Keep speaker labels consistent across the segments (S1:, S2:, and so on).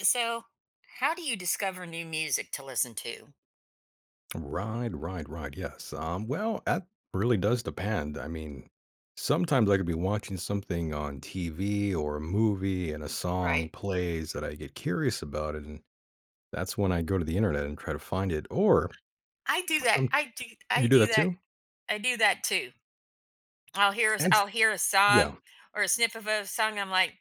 S1: So, how do you discover new music to listen to?
S2: Right, right, right. Yes. That really does depend. Sometimes I could be watching something on TV or a movie and a song
S1: Right?
S2: plays that I get curious about it, and that's when I go to the internet and try to find it. Or
S1: I do that.
S2: some
S1: I do. I
S2: you do
S1: do
S2: that
S1: that.
S2: too?
S1: I do that too.
S2: And
S1: I'll
S2: s-
S1: hear a song
S2: yeah,
S1: or a sniff of a song. I'm like,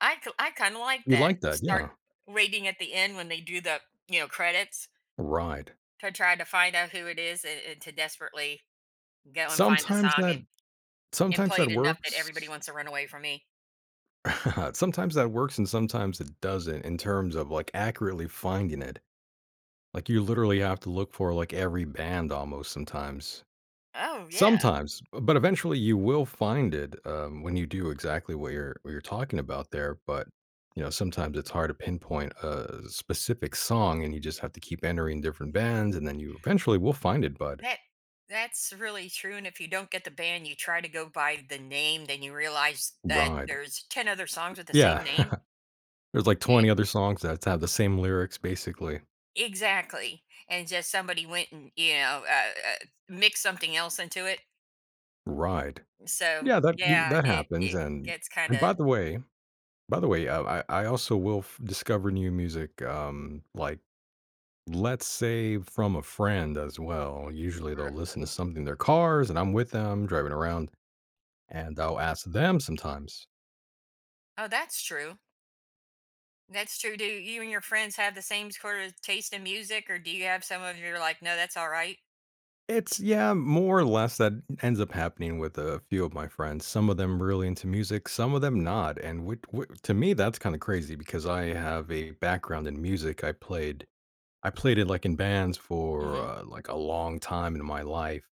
S1: I kind of like
S2: you
S1: that.
S2: like that,
S1: Start
S2: yeah.
S1: waiting at the end when they do the credits
S2: Right.
S1: to try to find out who it is and to desperately go and find the
S2: Sometimes
S1: song
S2: that
S1: and
S2: sometimes
S1: play
S2: that
S1: it enough that everybody
S2: works.
S1: wants to run away from me.
S2: Sometimes that works and sometimes it doesn't in terms of like accurately finding it. Like, you literally have to look for, like, every band almost sometimes.
S1: Oh yeah.
S2: Sometimes, but eventually you will find it, when you do exactly what you're talking about there, but, you know, sometimes it's hard to pinpoint a specific song, and you just have to keep entering different bands, and then you eventually will find it, bud.
S1: That that's really true, and if you don't get the band, you try to go by the name, then you realize that
S2: Ride.
S1: there's 10 other songs with the same
S2: Yeah.
S1: name.
S2: There's, like,
S1: E
S2: 20 other songs that have the same lyrics, basically.
S1: exactly, and just somebody went and, mixed something else into it.
S2: Ride.
S1: So,
S2: Yeah,
S1: yeah,
S2: that
S1: it
S2: happens,
S1: it
S2: and
S1: gets
S2: and by
S1: kinda.
S2: the way by the way, I also will f discover new music, like, let's say from a friend as well. Usually, they'll listen to something in their cars, and I'm with them driving around, and I'll ask them sometimes.
S1: Oh, that's true. That's true. Do you and your friends have the same sort of taste in music, or do you have some of your like, "No, that's alright?"
S2: More or less that ends up happening with a few of my friends. Some of them really into music, some of them not, and which whi to me, that's kinda crazy because I have a background in music. I played it, like, in bands for,
S1: Mhm.
S2: like, a long time in my life.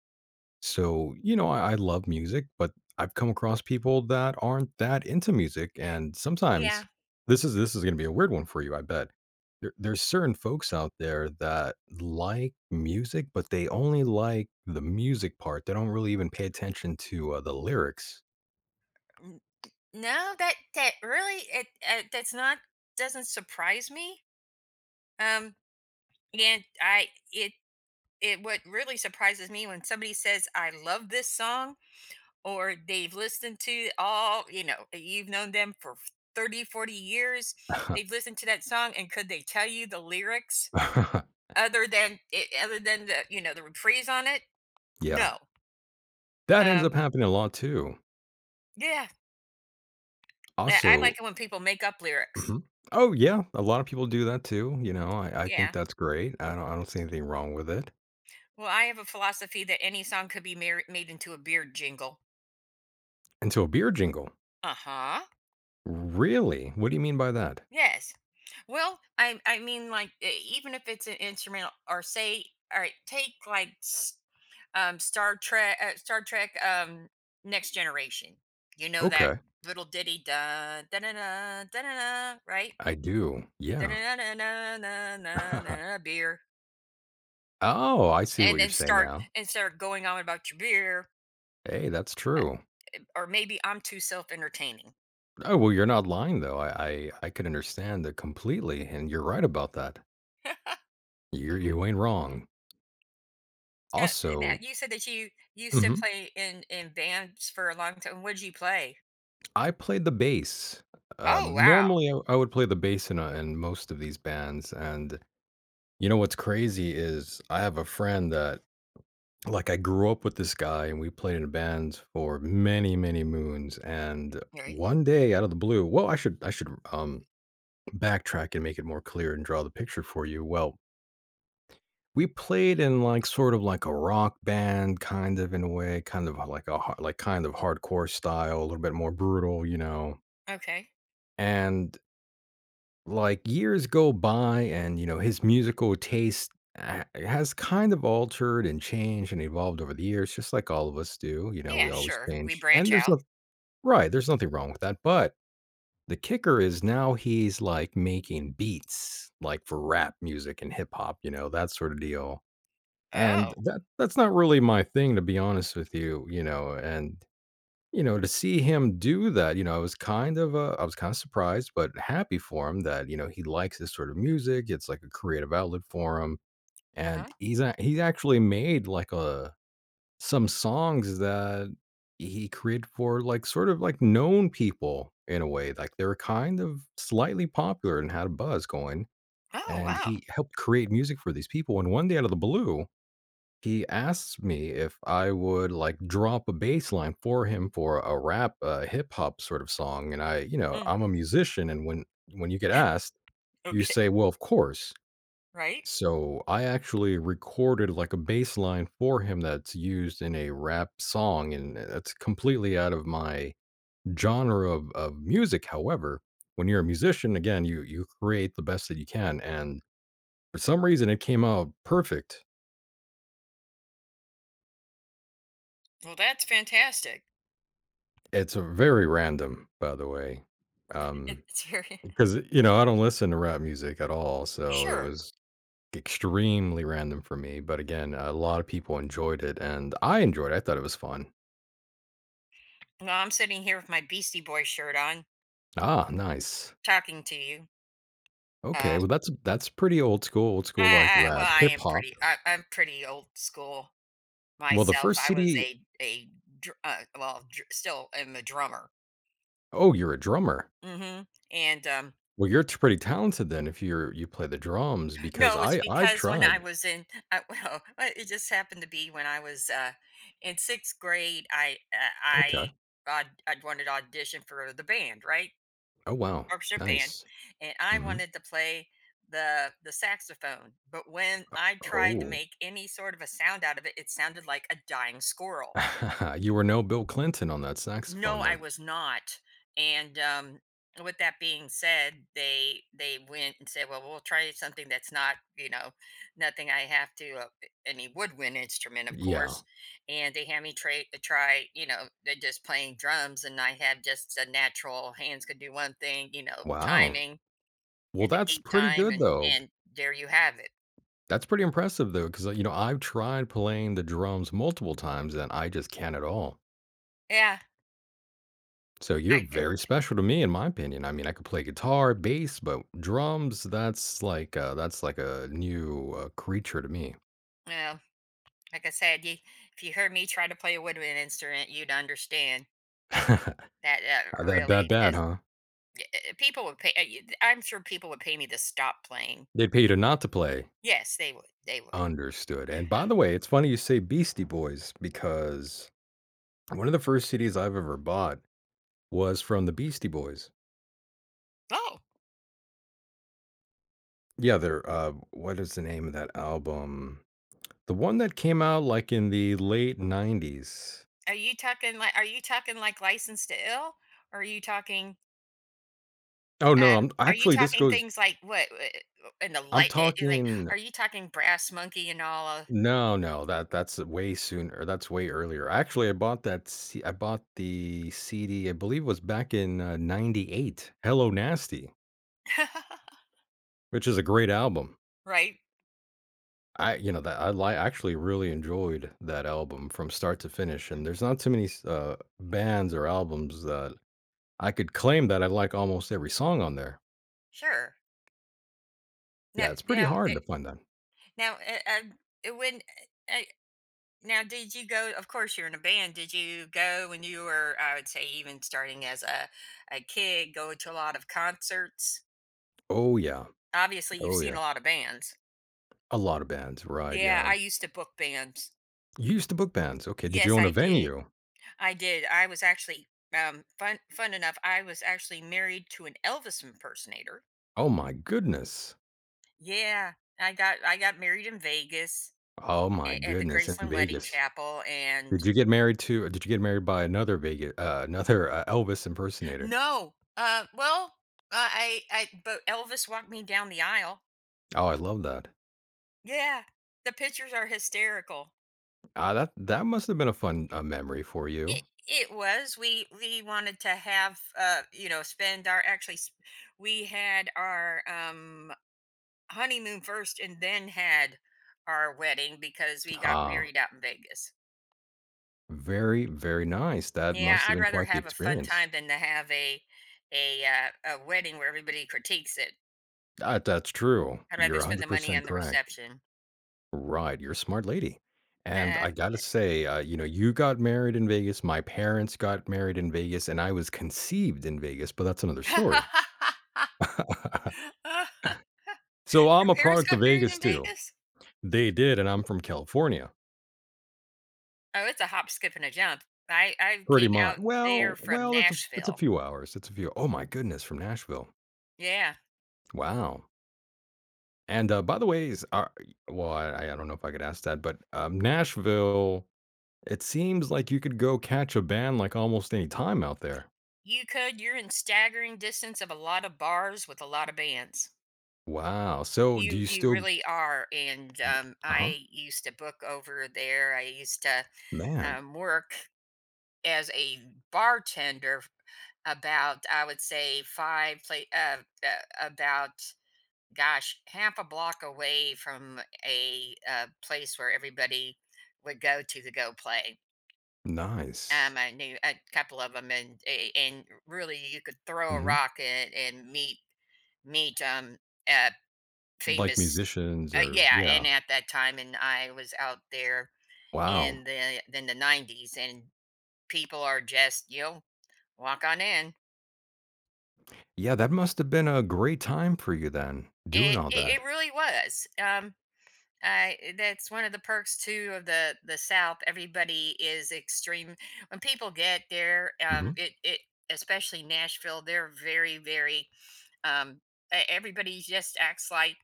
S2: So, you know, I love music, but I've come across people that aren't that into music, and sometimes
S1: Yeah.
S2: this is going to be a weird one for you, I bet. There's certain folks out there that like music, but they only like the music part. They don't really even pay attention to the lyrics.
S1: No, that really that's not doesn't surprise me. Um, and I it it what really surprises me when somebody says, "I love this song," or they've listened to all, you've known them for 30 or 40 years, they've listened to that song and could they tell you the lyrics other than the, the reprise on it?
S2: Yeah,
S1: No.
S2: that ends
S1: Um,
S2: up happening a lot too.
S1: yeah. I like
S2: Also,
S1: it when people make up lyrics.
S2: mhm. Oh yeah, a lot of people do that too. You know, I think
S1: Yeah.
S2: that's great. I don't see anything wrong with it.
S1: Well, I have a philosophy that any song could be made into a beard jingle.
S2: Until a beer jingle.
S1: Uh huh.
S2: Really? What do you mean by that?
S1: Yes. Well, I mean, like even if it's an instrumental, or say, all right, take like Star Trek, Next Generation. You know that
S2: Okay.
S1: little ditty, da da da da da da, right?
S2: I do,
S1: Da
S2: yeah.
S1: da da da da da da beer,
S2: Oh, I see
S1: and
S2: what you're
S1: then
S2: saying
S1: start
S2: now.
S1: and start going on about your beer,
S2: Hey, that's true.
S1: or maybe I'm too self entertaining.
S2: Oh, well, you're not lying, though. I could understand that completely, and you're right about that. You ain't wrong.
S1: Uh, Now,
S2: Also.
S1: you said that you used to
S2: Mhm.
S1: play in bands for a long time. What did you play?
S2: I played the bass.
S1: Oh, wow.
S2: Normally, I would play the bass in most of these bands, and you know what's crazy is I have a friend that I grew up with this guy, and we played in bands for many, many moons, and
S1: Right.
S2: one day, out of the blue backtrack and make it more clear and draw the picture for you. Well, we played in, like, sort of like a rock band, kind of, in a way, kind of hardcore style, a little bit more brutal, you know,
S1: Okay.
S2: and like years go by, and you know his musical taste has kind of altered and changed and evolved over the years, just like all of us do. You know,
S1: Yeah,
S2: we always
S1: sure. We
S2: change,
S1: branch
S2: and there's
S1: out.
S2: right there's nothing wrong with that, but the kicker is now he's like making beats like for rap music and hip hop, you know, that sort of deal. And
S1: Oh.
S2: that's not really my thing, to be honest with you. You know, and you know, to see him do that, you know, I was kind of, I was kinda surprised, but happy for him that, you know, he likes this sort of music, it's like a creative outlet for him, and
S1: Uh-huh.
S2: he's actually made, like, a some songs that he created for, like, sort of, like, known people in a way, like, they were kind of slightly popular and had a buzz going,
S1: Oh,
S2: and
S1: wow.
S2: he helped create music for these people, and one day out of the blue he asked me if I would, like, drop a bass line for him for a rap, hip hop sort of song, and I you know,
S1: Mm,
S2: I'm a musician, and when you get asked, you
S1: okay.
S2: say, "Well, of course."
S1: Right.
S2: So, I actually recorded, like, a bass line for him that's used in a rap song, and that's completely out of my genre of music. However, when you're a musician, again, you create the best that you can, and for some reason, it came out perfect.
S1: Well, that's fantastic.
S2: It's a very random, by the way, um,
S1: It's very,
S2: because, you know, I don't listen to rap music at all, so it
S1: sure.
S2: was extremely random for me, but again, a lot of people enjoyed it, and I enjoyed it, I thought it was fun.
S1: Well, I'm sitting here with my Beastie Boy shirt on,
S2: Ah, nice.
S1: talking to you. Uh,
S2: Okay, well, that's pretty old school, like,
S1: I well,
S2: rap,
S1: I
S2: hip
S1: am
S2: hop.
S1: pretty. I'm pretty old school
S2: Well,
S1: myself.
S2: the
S1: I
S2: first
S1: was
S2: CD
S1: a well, still am a drummer.
S2: Oh, you're a drummer.
S1: hmm And
S2: Well, you're t pretty talented then if you play the drums, because
S1: No, it's
S2: I've
S1: because when I
S2: tried.
S1: was in, well, it just happened to be when I was in sixth grade.
S2: Okay.
S1: I'd wanted to audition for the band, right,
S2: Oh, wow.
S1: orchestra band,
S2: Nice.
S1: and I
S2: Mhm.
S1: wanted to play the saxophone. But when I tried to
S2: Oh.
S1: make any sort of a sound out of it, it sounded like a dying squirrel.
S2: You were no Bill Clinton on that
S1: No,
S2: saxophone
S1: I
S2: then.
S1: was not. And with that being said, they went and said, "Well, we'll try something that's not, nothing I have to any woodwind instrument, of course."
S2: Yeah.
S1: And they had me try, they're just playing drums, and I had just a natural hands, could do one thing,
S2: Wow.
S1: timing
S2: Well,
S1: and to
S2: that's
S1: keep
S2: pretty
S1: time,
S2: good
S1: and
S2: though.
S1: and there you have it.
S2: That's pretty impressive though, because you know I've tried playing the drums multiple times and I just can't at all.
S1: Yeah,
S2: So you're
S1: I
S2: very special to me, in my opinion. I mean, I could play guitar, bass, but drums, that's like a new creature to me.
S1: well, like I said, if you heard me try to play a woodwind instrument, you'd understand
S2: That
S1: that,
S2: that
S1: really.
S2: bad, huh?
S1: People would pay I am sure people would pay me to stop playing.
S2: They pay you to not to play.
S1: Yes, they would, they would.
S2: Understood. And by the way, it's funny you say Beastie Boys because one of the first CDs I've ever bought was from the Beastie Boys.
S1: Oh.
S2: Yeah, their what is the name of that album? The one that came out like in the late 90s.
S1: Are you talking like License to Ill? Or
S2: Oh no, I'm
S1: are you
S2: actually this
S1: talking
S2: goes
S1: things like, what, in the
S2: I'm
S1: light like,
S2: talking
S1: are you talking Brass Monkey and all of.
S2: no, no, that's way sooner. That's way earlier. Actually, I bought the CD, I believe it was back in 98, Hello Nasty, which is a great album.
S1: Right?
S2: I You know that actually really enjoyed that album from start to finish,
S1: Mm,
S2: and there's not too many bands or albums that I could claim that I like almost every song on there.
S1: sure. Now
S2: Yeah, it's pretty
S1: now,
S2: hard
S1: eh,
S2: to find that.
S1: now, eh, when, eh, now, did you go, of course you're in a band, did you go when you were, I would say, even starting as a kid, go to a lot of concerts?
S2: Oh, yeah.
S1: Obviously, you've
S2: Oh,
S1: seen a
S2: yes.
S1: lot of bands.
S2: A lot of bands, right,
S1: Yeah,
S2: yeah.
S1: I used to book bands.
S2: You used to book bands, okay, did
S1: Yes,
S2: you own
S1: I
S2: a
S1: did.
S2: venue?
S1: I did. I was actually, fun enough, I was actually married to an Elvis impersonator.
S2: Oh my goodness.
S1: Yeah, I got married in Vegas
S2: Oh my
S1: at the
S2: goodness, in
S1: Graceland Wedding
S2: Vegas.
S1: Chapel,
S2: Did
S1: and
S2: you get married to did you get married by another Vegas, another, Elvis impersonator?
S1: no. Well, I but Elvis walked me down the aisle.
S2: Oh, I love that.
S1: Yeah. The pictures are hysterical.
S2: Ah, that that must have been a fun, memory for
S1: It
S2: you.
S1: it was. We wanted to have, spend our, we had our honeymoon first and then had our wedding because we got
S2: Ah,
S1: married out in Vegas.
S2: very, very nice. That
S1: Yeah,
S2: must have
S1: I'd
S2: been
S1: rather
S2: quite the
S1: have a fun time
S2: experience.
S1: than to have a wedding where everybody critiques it.
S2: That that's true.
S1: I'd rather
S2: You're
S1: spend the money
S2: 100%
S1: on the
S2: correct.
S1: reception.
S2: Right, you're a smart lady, and
S1: Nah.
S2: I gotta say, you know, you got married in Vegas, my parents got married in Vegas, and I was conceived in Vegas, but that's another story. So,
S1: Your
S2: I'm a
S1: parents
S2: product of
S1: got married
S2: Vegas
S1: in
S2: too.
S1: Vegas?
S2: They did, and I'm from California,
S1: Oh, it's a hop, skip, and a jump. I
S2: pretty
S1: came
S2: much.
S1: out there from
S2: Well, it's a
S1: Nashville.
S2: few hours, it's a few oh my goodness, from Nashville.
S1: Yeah,
S2: Wow, and, by the ways, are well, I don't know if I could ask that, but, Nashville, it seems like you could go catch a band, like, almost any time out there.
S1: you could. You're in staggering distance of a lot of bars with a lot of bands.
S2: Wow. So do
S1: You
S2: you
S1: you
S2: still
S1: really are. And
S2: uh-huh.
S1: I used to book over there. I used to,
S2: Man,
S1: work as a bartender about, I would say, five play about, gosh, half a block away from a, place where everybody would go to the go play.
S2: nice.
S1: I knew a couple of them, and really, you could throw a
S2: Mhm.
S1: rock and meet uh,
S2: Like
S1: famous,
S2: musicians or
S1: yeah,
S2: yeah.
S1: and at that time, and I was out there in
S2: Wow.
S1: the '90s, and people are just, you know, "Walk on in."
S2: Yeah, that must have been a great time for you then, doing
S1: It
S2: all
S1: it
S2: that.
S1: it really was. That's one of the perks too of the South, everybody is extreme. When people get there,
S2: Mhm.
S1: it it especially Nashville, they're very, very, um everybody just acts like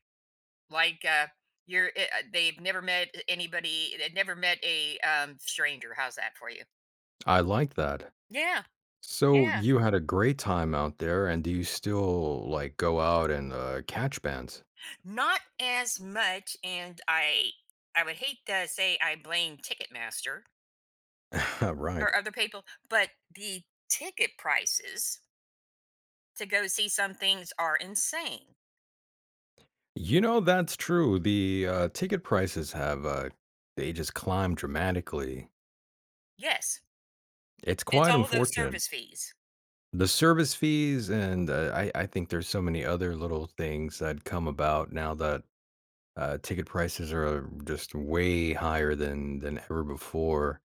S1: like uh they've never met a stranger. How's that for you?
S2: I like that.
S1: Yeah,
S2: So
S1: yeah,
S2: you had a great time out there, and do you still, like, go out and, catch bands?
S1: not as much, and I would hate to say I blame Ticketmaster
S2: Right.
S1: or other people, but the ticket prices to go see some things are insane.
S2: You know, that's true. The, ticket prices have, they just climbed dramatically.
S1: Yes.
S2: It's
S1: It's
S2: quite
S1: all those
S2: unfortunate.
S1: service fees.
S2: The service fees, and, uh, I think there's so many other little things that come about now that, ticket prices are just way higher than ever before,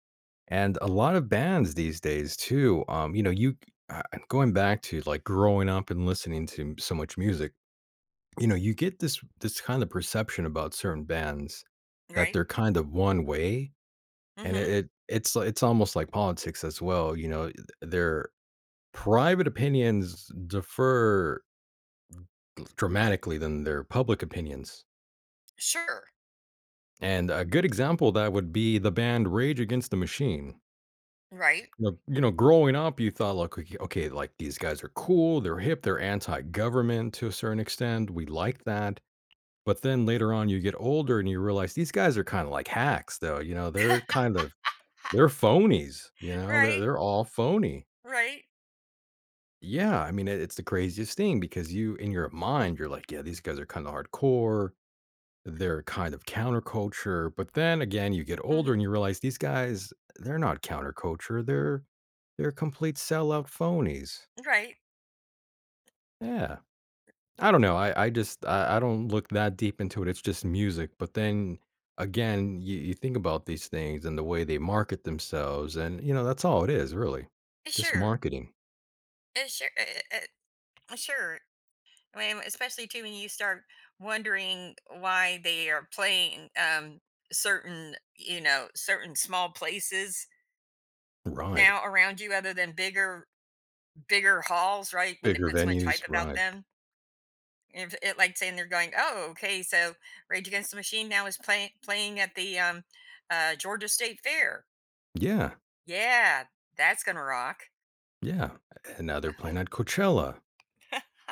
S2: and a lot of bands these days too, you know, you uh, going back to, like, growing up and listening to so much music, you know, you get this kind of perception about certain bands that
S1: Right.
S2: they're kind of one way, and
S1: Mm-hmm.
S2: it's almost like politics as well, you know, they're private opinions differ dramatically than their public opinions.
S1: Sure.
S2: And a good example of that would be the band Rage Against the Machine.
S1: Right.
S2: You know, growing up, you thought, like, okay, okay, like these guys are cool, they're hip, they're anti government to a certain extent. We like that. But then later on, you get older and you realize these guys are kind of like hacks, though. You know, they're phonies, you know,
S1: Right.
S2: they're all phony.
S1: Right.
S2: Yeah, I mean, it's the craziest thing because you, in your mind, you're like, yeah, these guys are kind of hardcore. They're kind of counterculture, but then again, you get
S1: Hmm.
S2: older and you realize these guys, they're not counterculture. They're complete sellout phonies.
S1: Right.
S2: Yeah. I don't know. I don't look that deep into it. It's just music. But then again, you think about these things and the way they market themselves, and you know, that's all it is, really. Just
S1: Sure.
S2: marketing.
S1: Sure, sure. I mean, especially too when you start wondering why they are playing, certain small places
S2: Right.
S1: now around you, other than bigger, bigger halls, right? When they
S2: Bigger
S1: put so much hype
S2: venues,
S1: about
S2: right.
S1: them, if it, like saying, they're going, oh, okay, so Rage Against the Machine now is playing at the, Georgia State Fair.
S2: Yeah.
S1: Yeah, that's gonna rock.
S2: Yeah. And now they're playing at Coachella.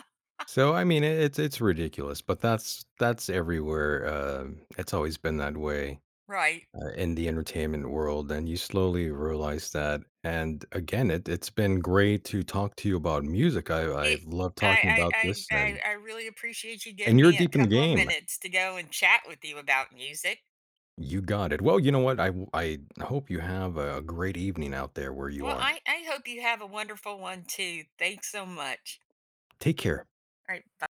S2: So, I mean, it's ridiculous, but that's everywhere, it's always been that way,
S1: Right?
S2: in the entertainment world, and you slowly realize that, and again, it's been great to talk to you about music. I
S1: It
S2: love talking
S1: I I
S2: about
S1: I
S2: this,
S1: I I really appreciate you giving
S2: and you're
S1: me a
S2: deep in the
S1: couple of
S2: game.
S1: minutes to go and chat with you about music.
S2: You got it. Well, you know what? I hope you have a great evening out there where you
S1: Well,
S2: are.
S1: I hope you have a wonderful one too. Thanks so much.
S2: Take care.
S1: All right. Bye.